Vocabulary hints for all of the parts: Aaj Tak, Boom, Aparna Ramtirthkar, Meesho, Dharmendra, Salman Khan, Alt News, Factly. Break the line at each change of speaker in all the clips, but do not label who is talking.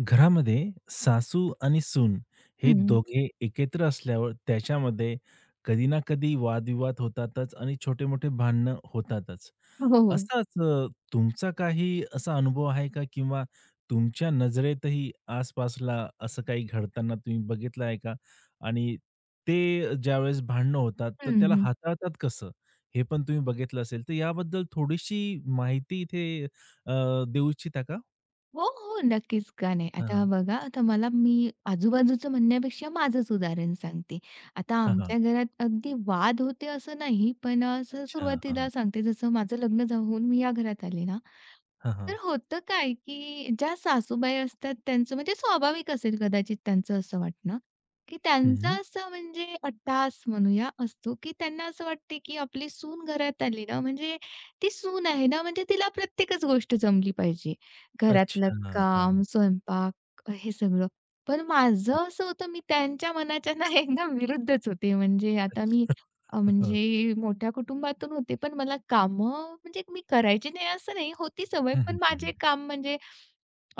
घरामध्ये सासू आणि सून हे
हं.
दोघे एकत्र असल्यावर त्याच्यामध्ये कधी ना कधी वादविवाद होतातच आणि छोटे मोठे भांडणं होतातच.
हो, हो.
असाच अ, तुमचा काही असा अनुभव आहे का? किंवा तुमच्या नजरेतही आसपासला असं काही घडताना तुम्ही बघितलं आहे का? आणि ते ज्यावेळेस भांडणं होतात, तर
हं,
त्याला
हं.
हाताळतात कसं? हे पण तुम्ही बघितलं असेल, तर याबद्दल थोडीशी माहिती इथे अ, देऊ इच्छिता का?
हो, हो. नक्कीच, का नाही.
हां,
आता
हां.
बघा, आता मला मी आजूबाजूचं म्हणण्यापेक्षा माझंच उदाहरण सांगते. आता
हां,
आमच्या घरात अगदी वाद होते असं नाही, पण असं
अच्छा. हां.
सुरुवातीला सांगते, जसं माझं लग्न होऊन मी या घरात आले ना,
हां, हां.
तर होतं काय, की ज्या सासूबाई असतात त्यांचं म्हणजे स्वाभाविक असेल कदाचित त्यांचं असं वाटणं, की त्यांचा
हं.
असं म्हणजे अट्टाहास म्हणूया असतो, की त्यांना असं वाटते, की आपली सून घरात आली ना, म्हणजे ती सून आहे ना, म्हणजे तिला प्रत्येकच गोष्ट जमली पाहिजे. घरातलं
अच्छा. हां,
काम,
हां.
स्वयंपाक हे सगळं. पण माझं असं होतं मी त्यांच्या मनाच्या ना एकदम विरुद्धच होते. म्हणजे आता मी
हो.
म्हणजे मोठ्या कुटुंबातून होते, पण मला कामं म्हणजे मी करायची नाही असं नाही, होती सवय.
हं, हं,
पण
हं, हं.
माझे काम म्हणजे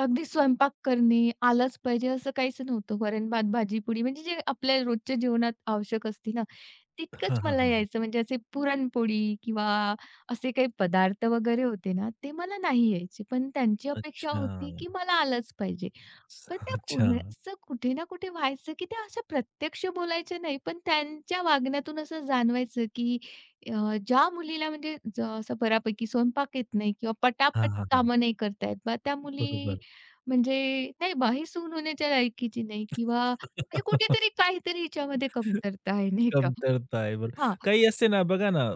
अगदी स्वयंपाक करणे, आलाच पाहिजे असं काहीच नव्हतं. वरण, भात, भाजी, पोळी म्हणजे जे आपल्या रोजच्या जीवनात आवश्यक असते ना, तितकंच
हां, हां,
मला
हां.
यायचं म्हणजे असे पुरणपोळी किंवा असे काही पदार्थ वगैरे होते ना, ते मला नाही यायचे. पण त्यांची अपेक्षा होती, की
अच्छा.
मला आलंच पाहिजे.
स
पण त्या
अच्छा.
कोण असं कुठे ना कुठे व्हायचं, की त्या अशा प्रत्यक्ष बोलायच्या नाही, पण त्यांच्या वागण्यातून असं जाणवायचं, की ज्या मुलीला म्हणजे असं बऱ्यापैकी स्वयंपाक येत नाही किंवा
हां,
पटापट
हां, हां.
कामं नाही करता त्या मुली
बरोबर.
म्हणजे नाही बाहीसून होण्याच्या लायकीची नाही किंवा म्हणजे कुठेतरी काहीतरी हिच्यामध्ये कमतरता आहे, नाही का?
कमतरता आहे बरं.
हां.
काही असते ना बघा ना,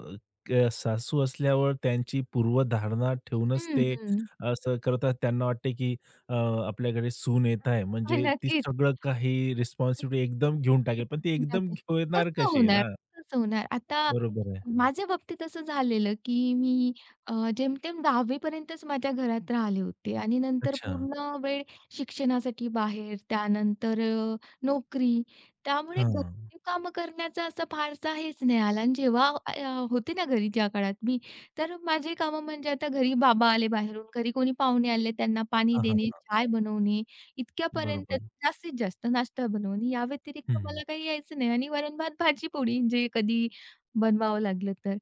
सासू असल्यावर त्यांची पूर्वधारणा ठेवूनच
हं,
ते
हं.
असं करतात. त्यांना वाटते, की अ, आपल्याकडे सून येत आहे
हां,
म्हणजे ती
नक्कीच.
सगळं काही रिस्पॉन्सिबिलिटी एकदम घेऊन टाकेल. पण ती एकदम
टाकेल.
घेणार
कसं
कशी आहे
होणार?
ना?
कसं होणार? आता
बरोबर आहे.
माझ्या बाबतीत असं झालेलं, की मी जेमतेम 10वी पर्यंतच माझ्या घरात राहिले होते आणि नंतर
अच्छा.
पूर्ण वेळ शिक्षणासाठी बाहेर, त्यानंतर नोकरी. त्यामुळे
हां.
घरची कामं करण्याचा असा फारसा हेच नाही आला आणि जेव्हा होते ना घरी ज्या काळात मी, तर माझी कामं म्हणजे आता घरी बाबा आले बाहेरून, घरी कोणी पाहुणे आले त्यांना पाणी
हां, हां.
देणे, चाय बनवणे, इतक्यापर्यंत
बरोबर.
जास्तीत जास्त नाश्ता बनवून. या व्यतिरिक्त
हं.
मला काही यायचं नाही आणि वरण-भात, भाजी-पोळी जे कधी बनवावं लागलं तर.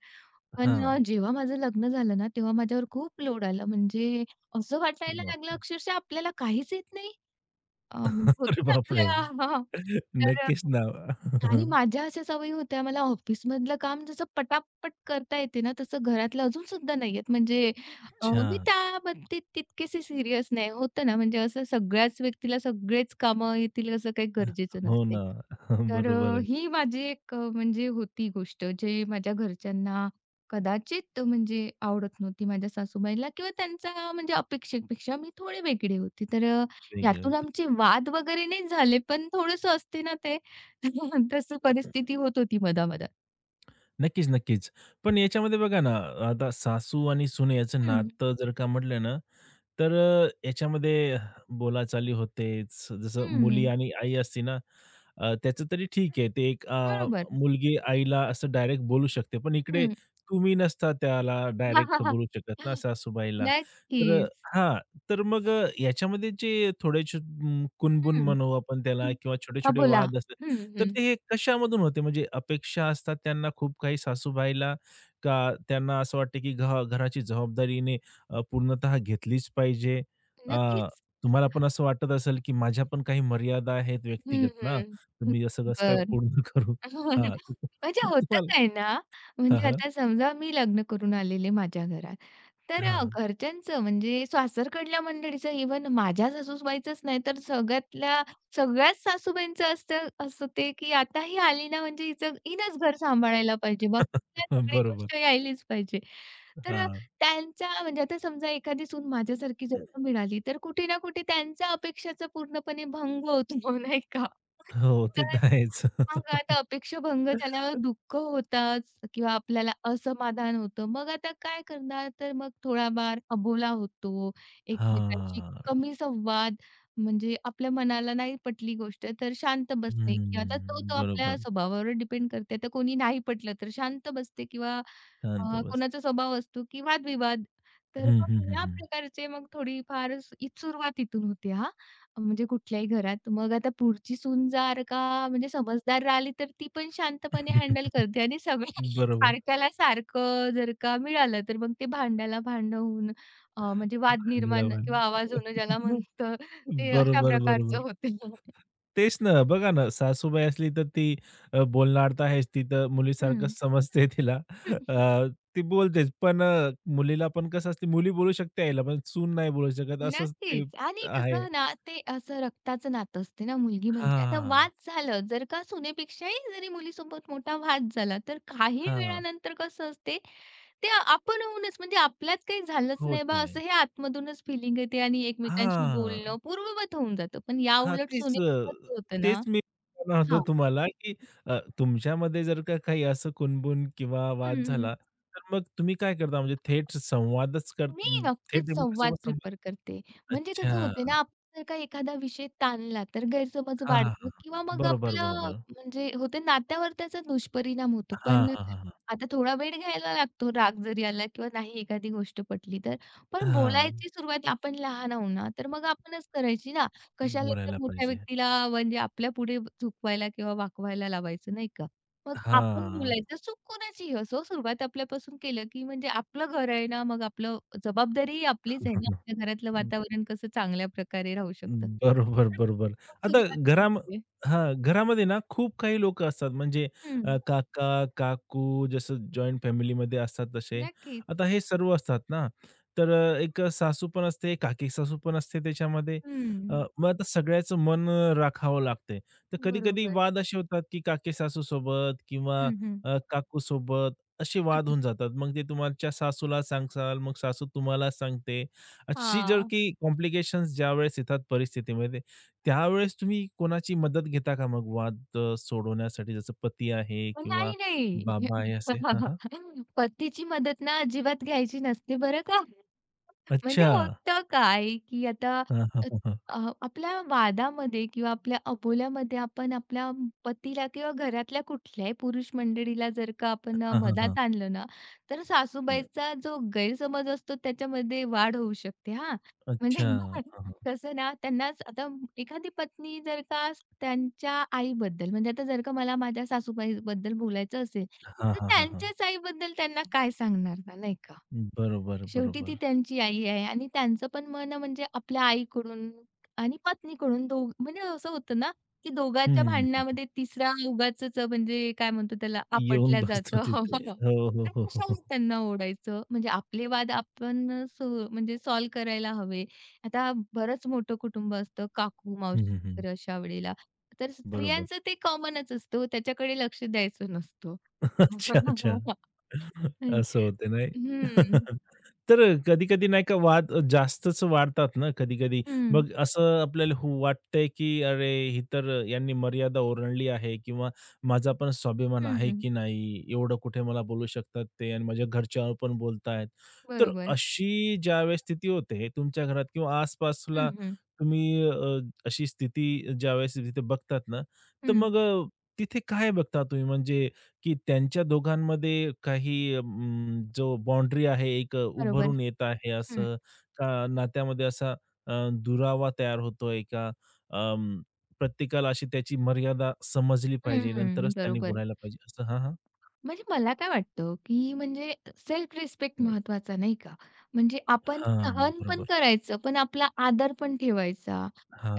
पण
हां.
जेव्हा माझं लग्न झालं ना, तेव्हा माझ्यावर खूप लोड आला. म्हणजे असं वाटायला लागलं
बापरे!
अक्षरशः आपल्याला काहीच येत नाही. म्हणजे होतं
अरे
ना
बापरे!
आपल्याला हां. तर
नक्कीच ना.
आणि माझ्या अशा सवयी होत्या, मला ऑफिसमधलं काम जसं पटापट करता येते ना, तसं घरातलं अजूनसुद्धा नाही येत. म्हणजे
अच्छा.
मी त्या बाबतीत तितकेसे सीरियस नाही. होतं ना, म्हणजे असं सगळ्याच व्यक्तीला सगळेच कामं येतील असं काही गरजेचं
हो
नसते.
ना.
तर
बरोबर आहे.
ही माझी एक म्हणजे होती गोष्ट, जे माझ्या घरच्यांना कदाचित म्हणजे आवडत नव्हती माझ्या सासूबाईला किंवा त्यांचा म्हणजे अपेक्षेपेक्षा मी थोडी वेगळी होती. तर
वेगळे
यातून
होते.
आमचे वाद वगैरे नाही झाले, पण थोडंसं असते ना ते तशी परिस्थिती होत होती मधा-मधात.
नक्कीच, नक्कीच. पण याच्यामध्ये बघा ना, आता सासू आणि सून याचं
हं,
नातं जर का म्हटलं ना, तर याच्यामध्ये बोलाचाली होतेच. जसं मुली
हं.
आणि आई असते ना, त्याचं तरी ठीक आहे.
बरोबर.
मुलगी आईला असं डायरेक्ट बोलू शकते. पण इकडे
हं.
तुम्ही नसता त्याला डायरेक्ट बोलू शकत ना सासूबाईला. तर अ,
नक्कीच.
हां. तर मग याच्यामध्ये जे थोडे कुणबुण
हं,
म्हणू आपण त्याला
हं.
किंवा
हां,
छोटे-छोटे
बोला.
वाद असतात.
हं,
तर
हं.
ते हे कशामधून होते? म्हणजे अपेक्षा असतात त्यांना खूप काही सासूबाईला का त्यांना असं वाटतं की घराची जबाबदारीने पूर्णतः घेतलीच पाहिजे. अ,
नक्कीच.
तुम्हाला पण असं वाटत असेल, की माझ्या पण काही मर्यादा आहेत
हं,
व्यक्तिगत ना,
हं.
तर मी असं कसं काय
बरं.
पूर्ण करू? हां,
म्हणजे होतं
तुम्हाला
काय ना,
हां,
म्हणजे
हां.
आता समजा मी लग्न करून आलेले माझ्या घरात. तर
हां.
घरच्यांचं म्हणजे सासरकडल्या मंडळीचं इव्हन माझ्या सासूबाईचंच नाही तर सगळ्यातल्या सगळ्याच सासूबाईंचं असतं असं ते, की आता ही आली ना म्हणजे हिचं हिनंच घर सांभाळायला पाहिजे. मग तिला सगळी
बरोबर.
गोष्ट यायलीच पाहिजे. तर
हां.
त्यांच्या म्हणजे आता समजा एखादी सून माझ्यासारखी जन्म मिळाली, तर कुठे ना कुठे त्यांच्या अपेक्षाचा पूर्णपणे भंग होतो, नाही का?
हो, ते
तर
तर आहेच.
मग आता अपेक्षाभंग झाल्यावर दुःख होताच किंवा आपल्याला असमाधान होतं. मग आता काय करणार? तर मग थोडाफार अबोला होतो, एकमेकांशी
हां.
कमी संवाद, म्हणजे आपल्या मनाला नाही पटली गोष्ट तर शांत बसणे किंवा आता
हं.
तो-तो
बरोबर.
आपल्या स्वभावावर डिपेंड करते. आता कोणी नाही पटलं तर शांत बसते किंवा
शांत बसते.
कोणाचा स्वभाव असतो की वादविवाद. तर
हं, हं,
मग
हं,
या
हं.
प्रकारचे मग थोडीफार ही सुरुवात इथून होते हां. म्हणजे कुठल्याही घरात. मग आता पुढची सून जर का म्हणजे समजदार राहिली तर ती पण शांतपणे हँडल करते आणि सगळ्या
बरोबर.
सारख्याला सारखं जर का मिळालं तर मग ते भांड्याला भांडं होऊन म्हणजे वाद
खंडाला
निर्माण किंवा
बांध.
आवाज होणं ज्याला म्हणतं ते अशा
बरोबर,
प्रकारचं
बरोबर.
होते.
तेच ना, बघा ना, सासूबाई असली तर ती बोलणार तर आहेच. ती तर मुलीसारखंच समजते तिला.
हं.
अ, ती बोलतेच. मुलीला पण कसं असते, मुली बोलू शकते आईला, पण सून नाही बोलू शकत. असंच ते
नक्कीच. आणि
आहे.
कसं ना, ते असं रक्ताचं नातं असते ना, मुलगी म्हणजे. आता
हां,
वाद झालं, जर का सुनेपेक्षाही जरी मुलीसोबत मोठा वाद झाला, तर काही
हां.
वेळानंतर कसं असते, ते आपण होऊनच म्हणजे आपल्यात काही झालंच नाही बा,
होतंय.
असं हे आतमधूनच फिलिंग येते आणि एकमेकांशी
हां,
बोलणं पूर्ववत होऊन जातं. पण
हां.
याउलट सुनेसोबत होतं ना
तेच मी म्हणणार होतो
हां.
तुम्हाला, की तुमच्यामध्ये जर का काही असं कुणबुण किंवा वाद झाला, तर मग तुम्ही काय करता? म्हणजे
मी नक्कीच
थेट
संवाद
एकमेकांसोबत
प्रिफर
संवाद?
करते. म्हणजे कसं
अच्छा.
होते ना, आपण जर का एखादा विषय ताणला तर गैरसमज
हां, हां,
वाढतो
हां, हां.
किंवा मग
बरोबर,
आपलं
बरोबर.
म्हणजे होते नात्यावर त्याचा दुष्परिणाम होतो.
हां,
पण
हां, हां, हां.
आता थोडा वेळ घ्यायला लागतो राग जरी आला किंवा नाही एखादी गोष्ट पटली तर. पण
हां.
बोलायची सुरुवात आपण लहान आहो ना, तर मग आपणच करायची ना. कशाला त्या
बोलायला
मोठ्या
पाहिजे.
व्यक्तीला म्हणजे आपल्या पुढे झुकवायला किंवा वाकवायला लावायचं नाही का? मग आपण
हां.
बोलायचं चूक कोणाचीही असो, सुरुवात आपल्यापासून केलं, की म्हणजे आपलं घर आहे ना, मग आपलं जबाबदारीही आपलीच आहे ना, आपल्या घरातलं वातावरण कसं चांगल्या प्रकारे राहू शकतं.
बरोबर,
तर मी
बरोबर.
मग
आता
सुरुवात
घराम
करते.
हां, घरामध्ये ना खूप काही लोकं असतात म्हणजे
हं.
काका, काकू जसं जॉइंट फॅमिलीमध्ये असतात तसे.
नक्कीच.
आता हे सर्व असतात ना, तर एक सासू पण असते, काकी सासू पण असते त्याच्यामध्ये.
हं.
मग आता सगळ्याचं मन राखावं लागते. तर कधी-कधी
बरोबर.
वाद असे होतात, की काकी सासूसोबत किंवा
हं, हं.
काकूसोबत असे
हां.
वाद होऊन जातात. मग ते तुमच्या सासूला सांगसाल, मग सासू तुम्हाला सांगते. अशी जर की कॉम्प्लिकेशन्स ज्यावेळेस येतात परिस्थितीमध्ये, त्यावेळेस तुम्ही कोणाची मदत घेता का मग वाद सोडवण्यासाठी? जसं पती आहे किंवा
नाही, नाही.
बाबा आहे असे? हां, हां.
पतीची मदत ना अजिबात घ्यायची नसते बरं का. म्हणजे
अच्छा.
होतं काय, की आता
हां, हां,
अ,
हां, हां.
अ, आपल्या वादामध्ये किंवा आपल्या अबोल्यामध्ये आपण आपल्या पतीला किंवा घरातल्या कुठल्याही पुरुष मंडळीला जर का आपण
हां, हां,
मधात आणलं ना, तर सासूबाईचा जो गैरसमज असतो त्याच्यामध्ये वाढ होऊ शकते हां. म्हणजे
अच्छा. हां, हां.
कसं ना, त्यांनाच आता एखादी पत्नी जर का त्यांच्या आईबद्दल म्हणजे आता जर का मला माझ्या सासूबाईबद्दल बोलायचं असेल,
हां,
तर
हां, हां, हां.
त्यांच्याच आईबद्दल त्यांना काय सांगणार ना, नाही का?
बरोबर,
शेवटी ती
बरोबर.
त्यांची आई आहे आणि त्यांचं पण मन म्हणजे आपल्या आईकडून आणि पत्नीकडून दोघ म्हणजे असं होतं ना, की दोघांच्या
हं,
भांडणामध्ये तिसरा उगाचच म्हणजे काय म्हणतो त्याला
येऊन
आपटल्या
बसतो
जातं.
तिथे. हो, हो,
तर
हो, हो, हो.
कशाला त्यांना ओढायचं? म्हणजे आपले वाद आपण म्हणजे सॉल्व्ह करायला हवे. आता बरंच मोठं कुटुंब असतं काकू,
हं,
मावशी
हं, हं.
वगैरे अशा वेळेला. तर
बरोबर.
स्त्रियांचं ते कॉमनच असतं हो, त्याच्याकडे लक्ष द्यायचं नसतं.
अच्छा, अच्छा.
हं.
असं होते नाही.
हं.
कधी-कधी नाही का वाद जास्तच वाढतात ना कधी-कधी. मग असं आपल्याला हो वाटतंय, की अरे ही तर यांनी मर्यादा ओलांडली आहे किंवा माझा पण स्वाभिमान
हं,
आहे
हं.
की नाही, एवढं कुठे मला बोलू शकतात ते आणि माझ्या घरच्यावर पण बोलतायत. तर
बरोबर.
अशी ज्यावेळेस स्थिती होते तुमच्या घरात किंवा
हं,
आसपासला
हं.
तुम्ही अशी स्थिती ज्यावेळेस तिथे बघतात ना, तर
हं.
मग अ, तिथे काय बघता तुम्ही? म्हणजे की त्यांच्या दोघांमध्ये काही जो बाउंड्री आहे एक
बरोबर.
उभरून येत आहे
हं.
असं का नात्यामध्ये असा दुरावा तयार होतोय का प्रत्येकाला अशी त्याची मर्यादा समजली
हं,
पाहिजे
हं.
नंतरच त्यांनी
बरोबर.
बोलायला पाहिजे असं. हां, हां.
म्हणजे मला काय वाटतं, की म्हणजे सेल्फ रिस्पेक्ट महत्वाचा नाही का? म्हणजे आपण
हां,
सहन पण
बरोबर.
करायचं, पण आपला आदर पण ठेवायचा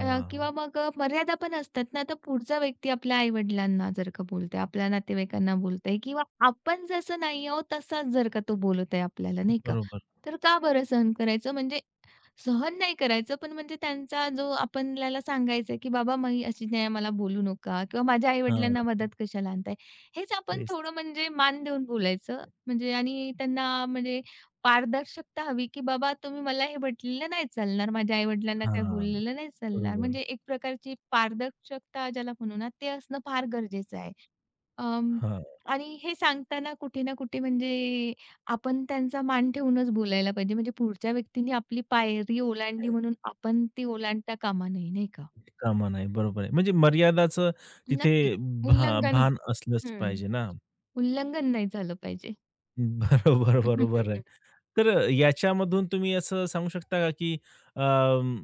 किंवा मग मर्यादा पण असतात ना. तर पुढचा व्यक्ती आपल्या आई-वडिलांना जर का बोलतोय, आपल्या नातेवाईकांना बोलतोय किंवा आपण जसं नाही आहोत तसाच जर का तो बोलत आहे आपल्याला नाही का?
बरोबर.
तर का बरं सहन करायचं? म्हणजे सहन नाही करायचं, पण म्हणजे त्यांचा जो आपल्याला सांगायचं की "बाबा मी अशी नाही मला बोलू नका" किंवा "माझ्या
हां,
आई-वडिलांना मदत कशाला आणताय?" हेच आपण थोडं
तेच.
म्हणजे मान देऊन बोलायचं. म्हणजे आणि त्यांना म्हणजे पारदर्शकता हवी की "बाबा तुम्ही मला हे म्हटलेलं नाही चालणार, माझ्या आई-वडिलांना काही
हां,
बोललेलं नाही चालणार."
बरोबर.
म्हणजे एक प्रकारची पारदर्शकता ज्याला म्हणू ना, ते असणं फार गरजेचं आहे. अं,
हां,
आणि हे सांगताना कुठे ना कुठे म्हणजे आपण त्यांचा मान ठेवूनच बोलायला पाहिजे. म्हणजे पुढच्या व्यक्तीने आपली पायरी ओलांडली म्हणून आपण ती ओलांडता कामा नये, नाही का?
कामा नाही. बरोबर आहे. म्हणजे मर्यादाचं तिथे
नक्कीच.
भा
उल्लंघन
भान असलंच
हं,
पाहिजे ना.
उल्लंघन नाही झालं पाहिजे.
बरोबर,
हं,
बरोबर
हं,
आहे.
हं.
तर याच्यामधून तुम्ही असं सांगू शकता का, की अं,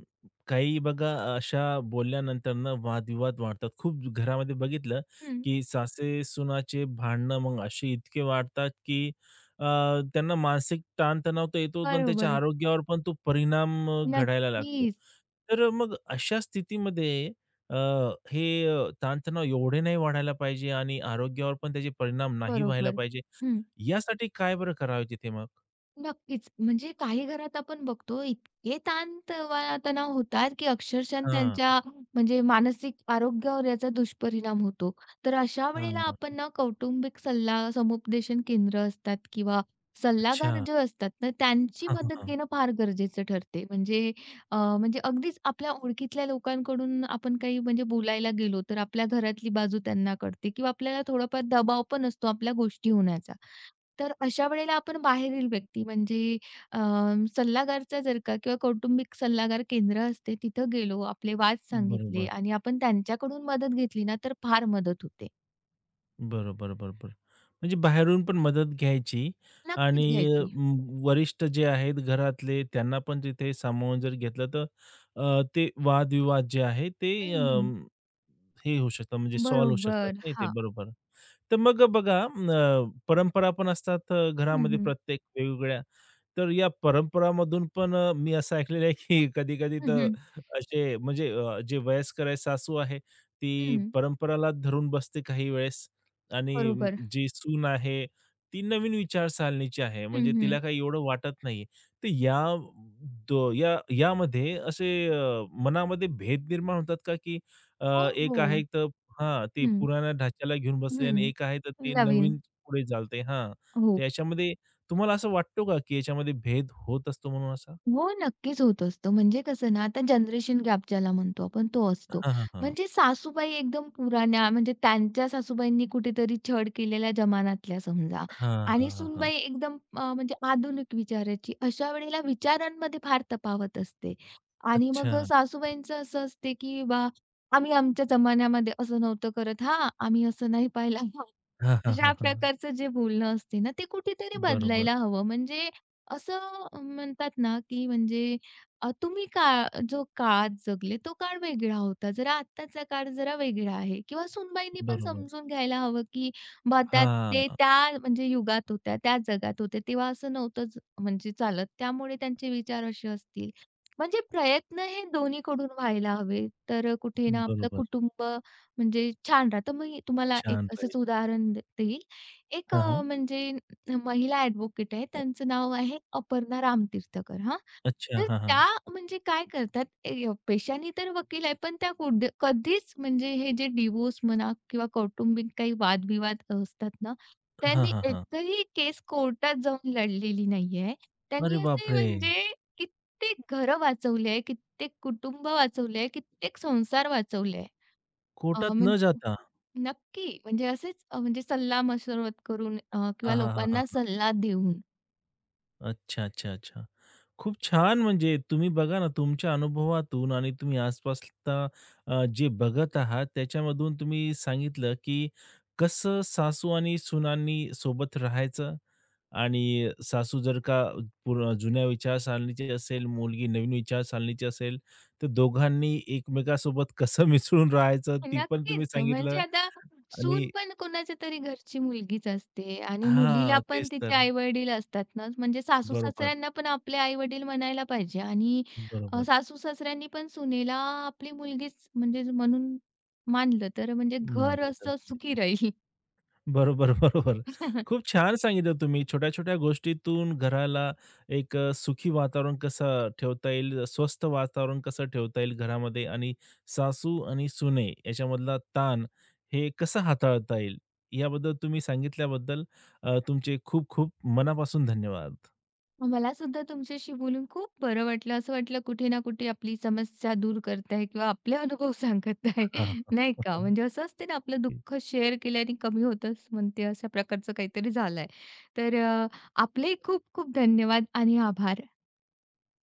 काही बघा अशा बोलल्यानंतरनं वादविवाद वाढतात. खूप घरामध्ये बघितलं,
हं,
की सासे-सुनाचे भांडणं मग असे इतके वाढतात, की अ, त्यांना मानसिक ताणतणाव तर येतोच आणि त्याच्या
बरोबर.
आरोग्यावर पण तो परिणाम घडायला लागतो.
नक्कीच.
तर मग अशा स्थितीमध्ये अ, हे ताणतणाव एवढे नाही वाढायला पाहिजे आणि आरोग्यावर पण त्याचे परिणाम नाही व्हायला
बरोबर.
पाहिजे.
हं.
यासाठी काय बरं करावे तिथे मग?
नक्कीच. म्हणजे काही घरात आपण बघतो इतके ताण तवा तणाव होतात, की अक्षरशः
हां.
त्यांच्या म्हणजे मानसिक आरोग्यावर याचा दुष्परिणाम होतो. तर अशा वेळेला
हां.
आपण ना कौटुंबिक सल्ला समुपदेशन केंद्र असतात किंवा
अच्छा.
सल्लागार जे असतात ना, त्यांची
हां, हां,
मदत
हां.
घेणं फार गरजेचं ठरते. म्हणजे म्हणजे अगदीच आपल्या ओळखीतल्या लोकांकडून आपण काही म्हणजे बोलायला गेलो, तर आपल्या घरातली बाजू त्यांना कळते किंवा आपल्याला थोडाफार दबाव पण असतो आपल्या गोष्टी होण्याचा. तर अशा वेळेला आपण बाहेरील व्यक्ती म्हणजे अ, सल्लागारचा जर का किंवा कौटुंबिक सल्लागार केंद्र असते तिथं गेलो, आपले वाद सांगितले
बरोबर,
आणि आपण त्यांच्याकडून मदत घेतली ना, तर फार मदत होते.
बरोबर, बरोबर. म्हणजे बाहेरून पण मदत घ्यायची आणि
नक्कीच
अ,
घ्यायची.
वरिष्ठ जे आहेत घरातले त्यांना पण तिथे सामावून जर घेतलं तर ते वादविवाद जे आहे ते
हं, हं.
हे होऊ शकतात म्हणजे सॉल्व्ह होऊ शकतात
बरोबर.
नाही ते.
हां.
बरोबर. तर मग बघा परंपरा पण असतात
हं,
घरामध्ये
हं.
प्रत्येक वेगवेगळ्या. तर या परंपरामधून पण मी असं ऐकलेलं आहे, की कधी-कधी
हं,
तर
हं.
असे म्हणजे जे वयस्कर आहे सासू आहे, ती परंपराला धरून बसते काही वेळेस आणि
बरोबर.
जी सून आहे, ती नवीन विचारसरणीची आहे.
हं,
म्हणजे
हं.
तिला काही एवढं वाटत नाही. तर या दो या यामध्ये असे मनामध्ये भेद निर्माण होतात का, की
हो,
अ,
हो.
एक आहे हां, ते
हं.
पुराण्या ढाच्याला घेऊन बसले
हं.
आणि एक आहे तर ते
नवीन.
नवीन पुढे चालते. हां, तर
हो.
याच्यामध्ये तुम्हाला असं वाटतो का, की याच्यामध्ये भेद होत असतो म्हणून असा?
हो, नक्कीच होत असतं. म्हणजे कसं ना, आता जनरेशन गॅप ज्याला म्हणतो आपण तो असतो.
हां, हां, हां.
म्हणजे सासूबाई एकदम पुराण्या म्हणजे त्यांच्या सासूबाईंनी कुठेतरी छळ केलेल्या जमान्यातल्या समजा
हां, हां,
आणि
हां, हां.
सूनबाई एकदम म्हणजे आधुनिक विचाराची. अशा वेळेला विचारांमध्ये फार तफावत असते. आणि
अच्छा.
मग सासूबाईंचं असं असते, की आम्ही आमच्या जमान्यामध्ये असं नव्हतं करत हां, आम्ही असं नाही पाहिलं हां.
हां, हां, हां,
अशा
हां.
प्रकारचं जे बोलणं असते ना, ते कुठेतरी
बरोबर,
बदलायला हवं. म्हणजे असं म्हणतात ना, की म्हणजे तुम्ही काळ जो काळात जगले तो काळ वेगळा होता. जरा आत्ताचा काळ जरा वेगळा आहे किंवा सूनबाईंनी पण
बरोबर.
समजून घ्यायला हवं, की बा त्या ते
हां,
त्या म्हणजे युगात होत्या, त्या जगात होते, तेव्हा असं नव्हतंच म्हणजे चालत. त्यामुळे त्यांचे विचार असे असतील. म्हणजे प्रयत्न हे दोन्हीकडून व्हायला हवे. तर कुठे ना आपलं
बरोबर.
कुटुंब म्हणजे छान राहतं. मग तुम्हाला एक
छान राहील.
असंच उदाहरण देईल. एक
हां, हां.
म्हणजे महिला ॲडव्होकेट आहे. त्यांचं नाव आहे अपर्णा रामतीर्थकर हां.
अच्छा.
तर
हां, हां.
त्या म्हणजे काय करतात ए पेशाने तर वकील आहे, पण त्या कधीच म्हणजे हे जे डिव्होर्स म्हणा किंवा कौटुंबिक काही वादविवाद असतात ना,
हां,
त्यांनी
हां, हां.
एकही केस कोर्टात जाऊन लढलेली नाही आहे.
अरे
त्यांनी असे
बापरे!
म्हणजे कित्येक घरं वाचवली आहे, कित्येक कुटुंब वाचवले आहे, कित्येक संसार वाचवले आहे.
कोर्टात न
म्हणजे
जाता.
नक्की म्हणजे असेच म्हणजे सल्ला-मसरत करून
हां,
किंवा
हां, हां, हां,
लोकांना
हां.
सल्ला देऊन.
अच्छा, अच्छा, अच्छा. खूप छान! म्हणजे तुम्ही बघा ना, तुमच्या अनुभवातून आणि तुम्ही आसपासला जे बघत आहात, त्याच्यामधून तुम्ही सांगितलं, की कसं सासू आणि सुनांनी सोबत राहायचं आणि सासू जर का पूर्ण जुन्या विचारसरणीची असेल, मुलगी नवीन विचारसरणीची असेल, तर दोघांनी एकमेकांसोबत कसं मिसळून राहायचं, ती पण
नक्कीच.
तुम्ही
म्हणजे
सांगितलं
आता
आणि
सून पण कोणाच्या तरी घरची मुलगीच असते आणि मुलीला
हां,
पण
तेच तर.
तिचे आई-वडील असतात ना, म्हणजे
बरोबर,
सासू-सासऱ्यांना पण आपले आई-वडील म्हणायला पाहिजे आणि
बरोबर.
सासू-सासऱ्यांनी पण सुनेला आपली मुलगीच म्हणजे म्हणून मानलं तर म्हणजे घर
मानलं तर
असं सुखी राहील.
बरोबर, बरोबर. खूप छान सांगितलं तुम्ही. छोट्या-छोट्या गोष्टीतून घराला एक सुखी वातावरण कसं ठेवता येईल, स्वस्थ वातावरण कसं ठेवता येईल घरामध्ये आणि सासू आणि सुने याच्यामधला ताण हे कसं हाताळता येईल, याबद्दल तुम्ही सांगितल्याबद्दल तुमचे खूप-खूप मनापासून धन्यवाद.
मला सुद्धा तुमच्याशी बोलून खूप बरं वाटलं. असं वाटलं कुठे ना कुठे आपली समस्या दूर करताय किंवा आपले अनुभव सांगत आहे, नाही का? म्हणजे असं असते ना आपलं दुःख शेअर केल्याने कमी होतंच म्हणते, अशा प्रकारचं काहीतरी झालंय. तर आपले खूप खूप धन्यवाद आणि आभार.